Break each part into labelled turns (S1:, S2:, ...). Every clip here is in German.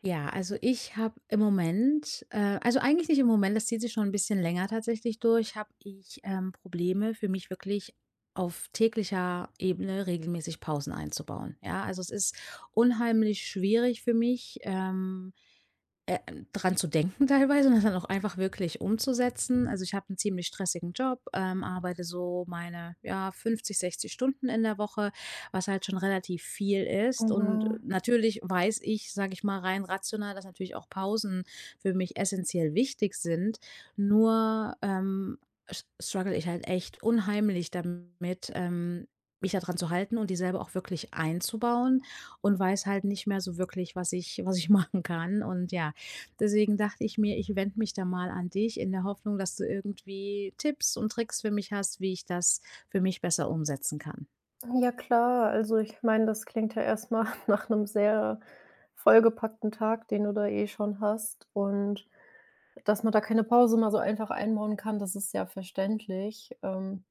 S1: Ja, also ich habe im Moment, also eigentlich nicht im Moment, das zieht sich schon ein bisschen länger tatsächlich durch, habe ich, Probleme für mich wirklich auf täglicher Ebene regelmäßig Pausen einzubauen. Ja, also es ist unheimlich schwierig für mich, äh, dran zu denken teilweise und das dann auch einfach wirklich umzusetzen. Also ich habe einen ziemlich stressigen Job, arbeite so meine, ja, 50, 60 Stunden in der Woche, was halt schon relativ viel
S2: Oh
S1: ist. Und
S2: wow.
S1: natürlich weiß ich, sage ich mal, rein rational, dass natürlich auch Pausen für mich essentiell wichtig sind. Nur, s struggle ich halt echt unheimlich damit, mich da dran zu halten und die selber auch wirklich einzubauen und weiß halt nicht mehr so wirklich, was ich machen kann. Und ja, deswegen dachte ich mir, ich wende mich da mal an dich in der Hoffnung, dass du irgendwie Tipps und Tricks für mich hast, wie ich das für mich besser umsetzen kann.
S2: Ja klar, also ich meine, das klingt ja erstmal nach einem sehr vollgepackten Tag, den du da eh schon hast. Und dass man da keine Pause mal so einfach einbauen kann, das ist ja verständlich.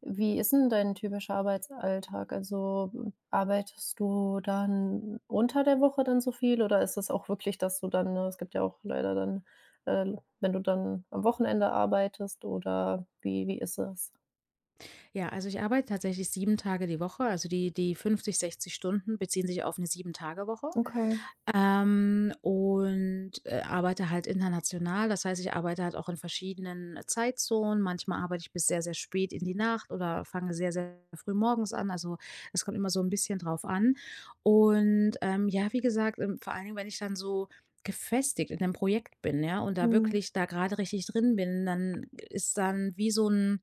S2: Wie ist denn dein typischer Arbeitsalltag? Also, arbeitest du dann unter der Woche dann so viel oder ist das auch wirklich, dass du dann ne, es gibt ja auch leider dann, wenn du dann am Wochenende arbeitest oder wie ist das?
S1: Ja, also ich arbeite tatsächlich 7 Tage die Woche. Also die 50, 60 Stunden beziehen sich auf eine 7-Tage-Woche.
S2: Okay.
S1: Und arbeite halt international. Das heißt, ich arbeite halt auch in verschiedenen Zeitzonen. Manchmal arbeite ich bis sehr, sehr spät in die Nacht oder fange sehr, sehr früh morgens an. Also, es kommt immer so ein bisschen drauf an. Und, ja, wie gesagt, vor allen Dingen, wenn ich dann so gefestigt in einem Projekt bin, ja, und da
S2: Mhm.
S1: wirklich da gerade richtig drin bin, dann ist dann wie so ein,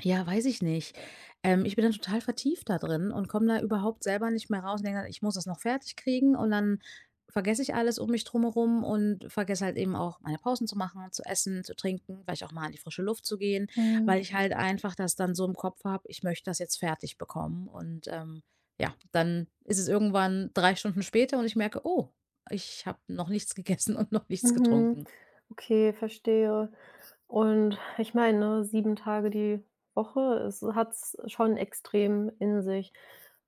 S1: ja, weiß ich nicht. Ich bin dann total vertieft da drin und komme da überhaupt selber nicht mehr raus und denke „Ich muss das noch fertig kriegen" und dann vergesse ich alles um mich drumherum und vergesse halt eben auch, meine Pausen zu machen, zu essen, zu trinken, vielleicht auch mal in die frische Luft zu gehen,
S2: Mhm.
S1: weil ich halt einfach das dann so im Kopf habe: „Ich möchte das jetzt fertig bekommen" und, ja, dann ist es irgendwann 3 Stunden später und ich merke: „Oh, ich habe noch nichts gegessen und noch nichts
S2: Mhm.
S1: getrunken."
S2: Okay, verstehe. Und ich meine, ne, 7 Tage die Woche, es hat's schon extrem in sich.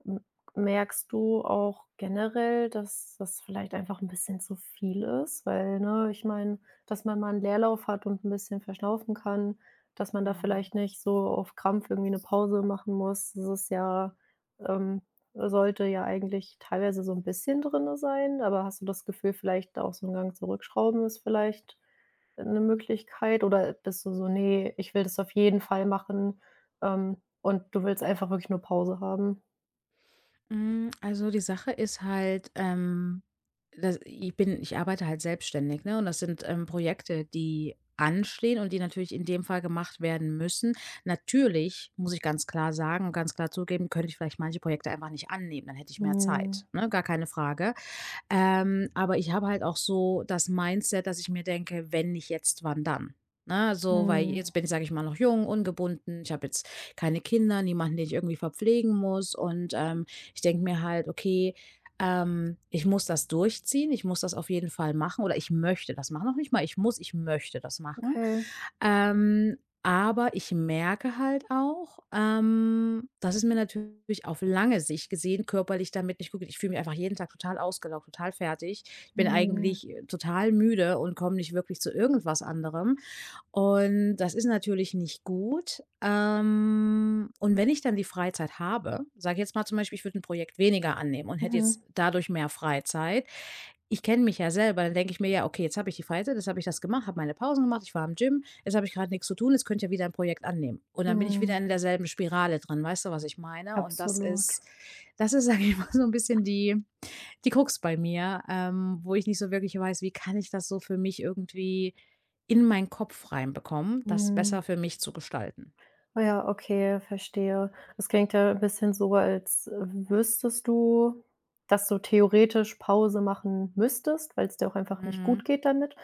S2: M Merkst du auch generell, dass das vielleicht einfach ein bisschen zu viel ist? Weil, ne, ich meine, dass man mal 'n Leerlauf hat und ein bisschen verschnaufen kann, dass man da
S1: Mhm.
S2: vielleicht nicht so auf Krampf irgendwie eine Pause machen muss. Das ist ja ähm, sollte ja eigentlich teilweise so ein bisschen drin sein, aber hast du das Gefühl, vielleicht da auch so ein Gang zurückschrauben ist vielleicht 'ne Möglichkeit oder bist du so: „Ne, ich will das auf jeden Fall machen", und du willst einfach wirklich nur Pause haben?
S1: Hm, also die Sache ist halt, dass ich bin ich arbeite halt selbstständig, ne, und das sind, Projekte, die anstehen und die natürlich in dem Fall gemacht werden müssen. Natürlich muss ich ganz klar sagen und ganz klar zugeben, könnte ich vielleicht manche Projekte einfach nicht annehmen, dann hätte ich mehr
S2: Mhm.
S1: Zeit, ne, gar keine Frage. Aber ich habe halt auch so das Mindset, dass ich mir denke: „Wenn nicht jetzt, wann dann?" Ne, so, weil
S2: Mhm.
S1: jetzt bin ich, sage ich mal, noch jung, ungebunden. Ich habe jetzt keine Kinder, niemanden, den ich irgendwie verpflegen muss und, ich denke mir halt: „Okay, ich muss das durchziehen. Ich muss das auf jeden Fall machen oder ich möchte das machen." Noch nicht mal ich muss, ich möchte das machen.
S2: Okay.
S1: Ähm, aber ich merke halt auch, dass es mir natürlich auf lange Sicht gesehen körperlich damit nicht gut geht. Ich fühle mich einfach jeden Tag total ausgelaugt, total fertig. Ich bin
S2: Mhm.
S1: eigentlich, total müde und komme nicht wirklich zu irgendwas anderem. Und das ist natürlich nicht gut. Und wenn ich dann die Freizeit habe, sage jetzt mal zum Beispiel, ich würde ein Projekt weniger annehmen und hätte
S2: Mhm.
S1: jetzt dadurch mehr Freizeit. Ich kenne mich ja selber, dann denke ich mir: „Ja, okay, jetzt habe ich die Freizeit, jetzt habe ich das gemacht, habe meine Pausen gemacht, ich war im Gym, jetzt habe ich gerade nichts zu tun, jetzt könnte ich ja wieder ein Projekt annehmen." Und dann bin ich wieder
S2: Mhm.
S1: in derselben Spirale drin. Weißt du, was ich meine? Und das
S2: Absolut.
S1: ist das ist, sage ich mal, so ein bisschen die Krux bei mir, wo ich nicht so wirklich weiß, wie kann ich das so für mich irgendwie in meinen Kopf reinbekommen, das
S2: Mhm.
S1: besser für mich zu gestalten.
S2: Ah ja, okay, verstehe. Es klingt ja ein bisschen so, als wüsstest du, dass du theoretisch Pause machen müsstest, weil es dir auch einfach nicht
S1: Mhm.
S2: gut geht damit.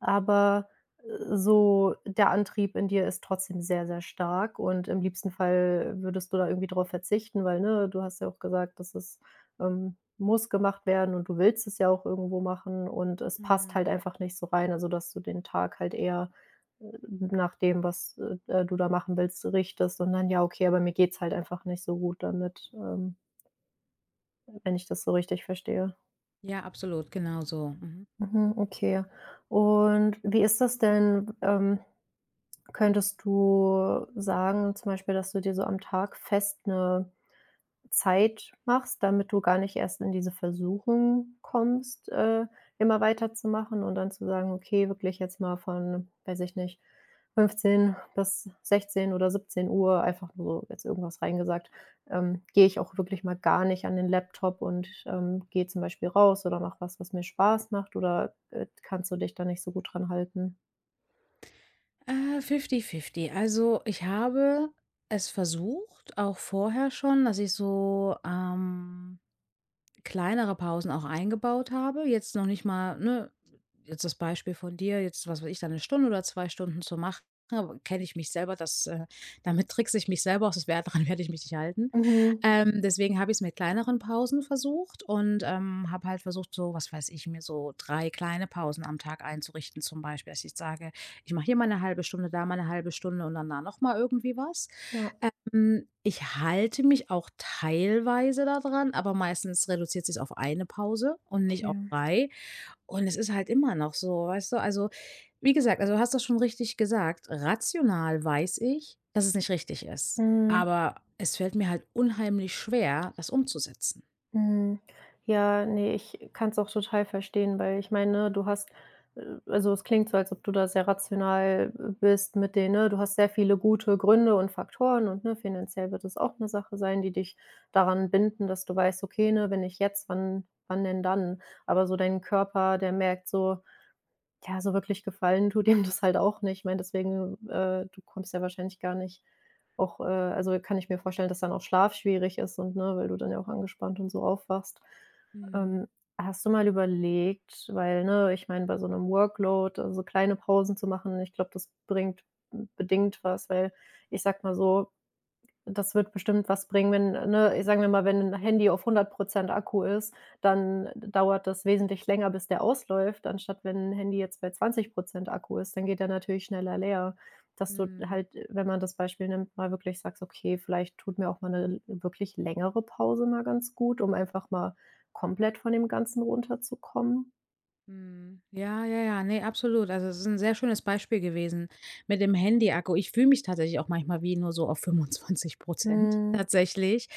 S2: Aber, so der Antrieb in dir ist trotzdem sehr, sehr stark und im liebsten Fall würdest du da irgendwie drauf verzichten, weil, ne, du hast ja auch gesagt, dass es, muss gemacht werden und du willst es ja auch irgendwo machen und es passt halt
S1: Mhm.
S2: einfach nicht so rein, also dass du den Tag halt eher nach dem, was, du da machen willst, richtest, sondern ja, okay, aber mir geht's halt einfach nicht so gut damit, wenn ich das so richtig verstehe.
S1: Ja, absolut, genau so. Mhm.
S2: Mhm, okay. Und wie ist das denn? Könntest du sagen, zum Beispiel, dass du dir so am Tag fest 'ne Zeit machst, damit du gar nicht erst in diese Versuchung kommst, immer weiterzumachen und dann zu sagen: „Okay, wirklich jetzt mal von, weiß ich nicht, 15 bis 16 oder 17 Uhr einfach nur so jetzt irgendwas reingesagt, gehe ich auch wirklich mal gar nicht an den Laptop und, gehe zum Beispiel raus oder mache was, was mir Spaß macht", oder, kannst du dich da nicht so gut dran halten?
S1: 50-50. Also ich habe es versucht, auch vorher schon, dass ich so, kleinere Pausen auch eingebaut habe. Jetzt noch nicht mal, ne, jetzt das Beispiel von dir, jetzt, was weiß ich, da eine Stunde oder 2 Stunden zu machen, kenne ich mich selber, damit trickse ich mich selber aus, das wär daran werde ich mich nicht halten.
S2: Mhm.
S1: Deswegen habe ich es mit kleineren Pausen versucht und, habe halt versucht, so, was weiß ich, mir so 3 kleine Pausen am Tag einzurichten zum Beispiel, dass ich sage: „Ich mache hier mal eine halbe Stunde, da mal eine halbe Stunde und dann da noch mal irgendwie was."
S2: Ja,
S1: Ich halte mich auch teilweise daran, aber meistens reduziert sich auf eine Pause und nicht auf
S2: okay.
S1: 3. Und es ist halt immer noch so, weißt du? Also, wie gesagt, also, du hast das schon richtig gesagt. Rational weiß ich, dass es nicht richtig ist,
S2: Mhm.
S1: aber es fällt mir halt unheimlich schwer, das umzusetzen.
S2: Mhm. Ja, ne, ich kann es auch total verstehen, weil ich meine, ne, du hast äh, also, es klingt so, als ob du da sehr rational bist mit den ne, du hast sehr viele gute Gründe und Faktoren und, ne, finanziell wird es auch eine Sache sein, die dich daran binden, dass du weißt: „Okay, ne, wenn nicht jetzt, wann denn dann?" Aber so dein Körper, der merkt so: ja, so wirklich gefallen tut ihm das halt auch nicht. Ich meine, deswegen, du kommst ja wahrscheinlich gar nicht auch, also, kann ich mir vorstellen, dass dann auch Schlaf schwierig ist und ne, weil du dann ja auch angespannt und so aufwachst. Ähm,
S1: Mhm,
S2: hast du mal überlegt weil, ne, ich meine, bei so einem Workload, also, so kleine Pausen zu machen, ich glaube, das bringt bedingt was, weil ich sag mal so, das wird bestimmt was bringen, wenn ne, sagen wir mal, wenn ein Handy auf 100% Akku ist, dann dauert das wesentlich länger, bis der ausläuft, anstatt wenn ein Handy jetzt bei 20% Akku ist, dann geht der natürlich schneller leer. Dass du
S1: mhm.
S2: halt, wenn man das Beispiel nimmt, mal wirklich sagst: „Okay, vielleicht tut mir auch mal eine wirklich längere Pause mal ganz gut, um einfach mal komplett von dem Ganzen runterzukommen."
S1: Mhm. Ja, ja, ja, ne, absolut. Also, es ist ein sehr schönes Beispiel gewesen mit dem Handy-Akku. Ich fühle mich tatsächlich auch manchmal wie nur so auf 25%
S2: Mhm.
S1: tatsächlich.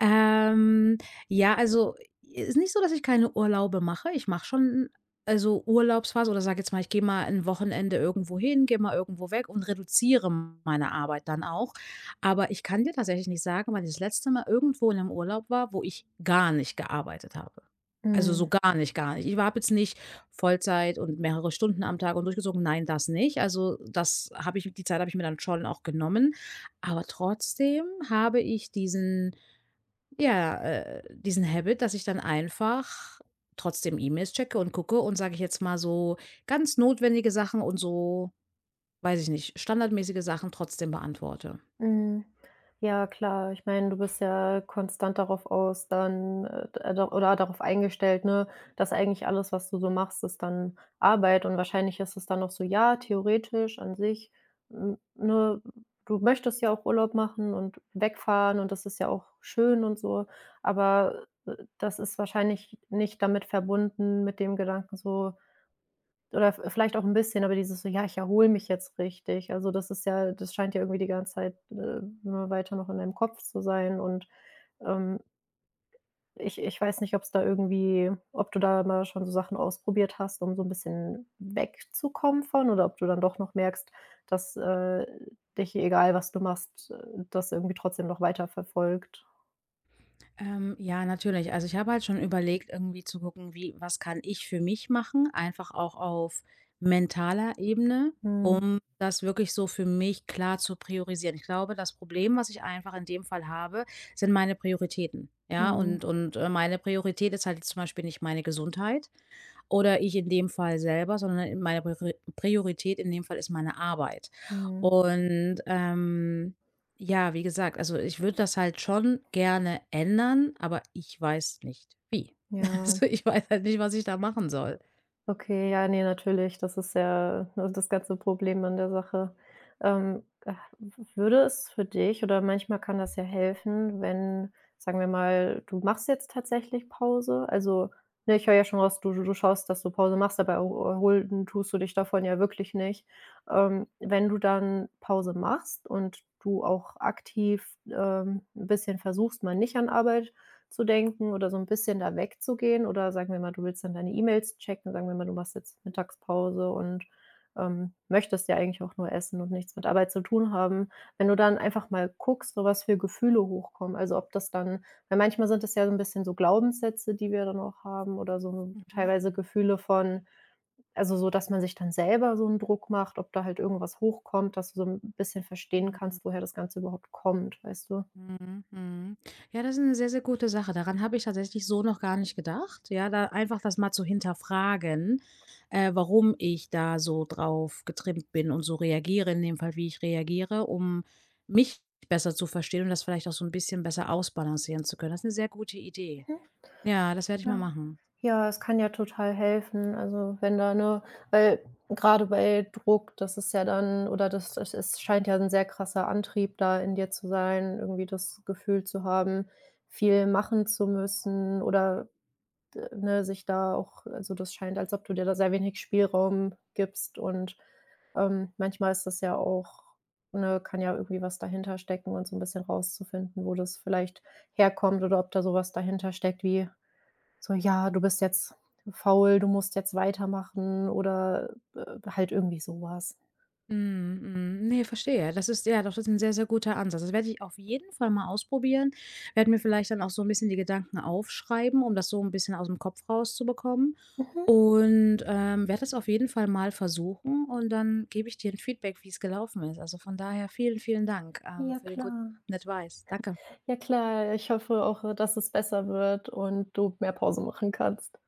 S1: Ähm, ja, also, ist nicht so, dass ich keine Urlaube mache. Ich mache schon, also, Urlaubsphase oder sage jetzt mal, ich gehe mal ein Wochenende irgendwo hin, gehe mal irgendwo weg und reduziere meine Arbeit dann auch. Aber ich kann dir tatsächlich nicht sagen, wann ich das letzte Mal irgendwo in 'nem Urlaub war, wo ich gar nicht gearbeitet habe. Also,
S2: Mhm.
S1: so gar nicht, gar nicht. Ich habe jetzt nicht Vollzeit und mehrere Stunden am Tag und durchgezogen. Nein, das nicht. Also, das habe ich die Zeit habe ich mir dann schon auch genommen. Aber trotzdem habe ich diesen Habit, dass ich dann einfach trotzdem E-Mails checke und gucke und, sage ich jetzt mal, so ganz notwendige Sachen und so, weiß ich nicht, standardmäßige Sachen trotzdem beantworte.
S2: Mhm. Ja, klar. Ich meine, du bist ja konstant darauf aus, dann d da oder darauf eingestellt, ne, dass eigentlich alles, was du so machst, ist dann Arbeit und wahrscheinlich ist es dann noch so, ja, theoretisch an sich, ne, du möchtest ja auch Urlaub machen und wegfahren und das ist ja auch schön und so, aber, das ist wahrscheinlich nicht damit verbunden mit dem Gedanken so: oder v vielleicht auch 'n bisschen, aber dieses so: „Ja, ich erhole mich jetzt richtig." Also, das ist ja das scheint ja irgendwie die ganze Zeit, immer weiter noch in deinem Kopf zu sein und, ähm, ich weiß nicht, ob's da irgendwie ob du da mal schon so Sachen ausprobiert hast, um so 'n bisschen wegzukommen von oder ob du dann doch noch merkst, dass, dich, egal was du machst, das irgendwie trotzdem noch weiterverfolgt.
S1: Ja, natürlich. Also ich habe halt schon überlegt, irgendwie zu gucken, was kann ich für mich machen, einfach auch auf mentaler Ebene,
S2: Mhm.
S1: um das wirklich so für mich klar zu priorisieren. Ich glaube, das Problem, was ich einfach in dem Fall habe, sind meine Prioritäten. Ja,
S2: Mhm.
S1: und meine Priorität ist halt jetzt zum Beispiel nicht meine Gesundheit, oder ich in dem Fall selber, sondern in meine Priorität in dem Fall ist meine Arbeit.
S2: Mhm.
S1: Und, ja, wie gesagt, also, ich würde das halt schon gerne ändern, aber ich weiß nicht wie.
S2: Ja.
S1: Also, ich weiß halt nicht, was ich da machen soll.
S2: Okay, ja, ne, natürlich. Das ist ja, ne, das ganze Problem an der Sache. Ah, w würde es für dich oder manchmal kann das ja helfen, wenn, sagen wir mal, du machst jetzt tatsächlich Pause. Also, ne, ich höre ja schon raus, du schaust, dass du Pause machst, aber erholen tust du dich davon ja wirklich nicht. Wenn du dann Pause machst und du auch aktiv, 'n bisschen versuchst, mal nicht an Arbeit zu denken oder so ein bisschen da wegzugehen oder sagen wir mal, du willst dann deine E-Mails checken, sagen wir mal, du machst jetzt Mittagspause und, möchtest ja eigentlich auch nur essen und nichts mit Arbeit zu tun haben. Wenn du dann einfach mal guckst, so was für Gefühle hochkommen, also ob das dann weil manchmal sind das ja so ein bisschen so Glaubenssätze, die wir dann auch haben oder so
S1: Mhm,
S2: teilweise Gefühle von also so, dass man sich dann selber so einen Druck macht, ob da halt irgendwas hochkommt, dass du so ein bisschen verstehen
S1: mhm.
S2: kannst, woher das Ganze überhaupt kommt, weißt du?
S1: Mhm, mhm. Ja, das ist eine sehr, sehr gute Sache. Daran habe ich tatsächlich so noch gar nicht gedacht. Ja, da einfach das mal zu hinterfragen, warum ich da so drauf getrimmt bin und so reagiere, in dem Fall, wie ich reagiere, um mich besser zu verstehen und das vielleicht auch so ein bisschen besser ausbalancieren zu können. Das ist eine sehr gute Idee.
S2: Mhm,
S1: Ja, das werde ich mal
S2: ja.
S1: machen.
S2: Ja, es kann ja total helfen. Also, wenn da 'ne weil gerade bei Druck, das ist ja dann oder das das es scheint ja ein sehr krasser Antrieb da in dir zu sein, irgendwie das Gefühl zu haben, viel machen zu müssen oder, d ne, sich da auch also, das scheint, als ob du dir da sehr wenig Spielraum gibst und, manchmal ist das ja auch ne, kann ja irgendwie was dahinter stecken und so ein bisschen rauszufinden, wo das vielleicht herkommt oder ob da sowas dahinter steckt wie so: „Ja, du bist jetzt faul, du musst jetzt weitermachen" oder, halt irgendwie so was.
S1: Mhm, mhm. Ne, verstehe. Das ist ja, doch, das ist 'n sehr, sehr guter Ansatz. Das werde ich auf jeden Fall mal ausprobieren. Werde mir vielleicht dann auch so ein bisschen die Gedanken aufschreiben, um das so ein bisschen aus dem Kopf rauszubekommen.
S2: Mhm.
S1: Und, werde das auf jeden Fall mal versuchen und dann gebe ich dir ein Feedback, wie es gelaufen ist. Also, von daher vielen, vielen Dank,
S2: Ja
S1: für den guten
S2: klar.
S1: Advice. Danke.
S2: Ja klar, ich hoffe auch, dass es besser wird und du mehr Pause machen kannst.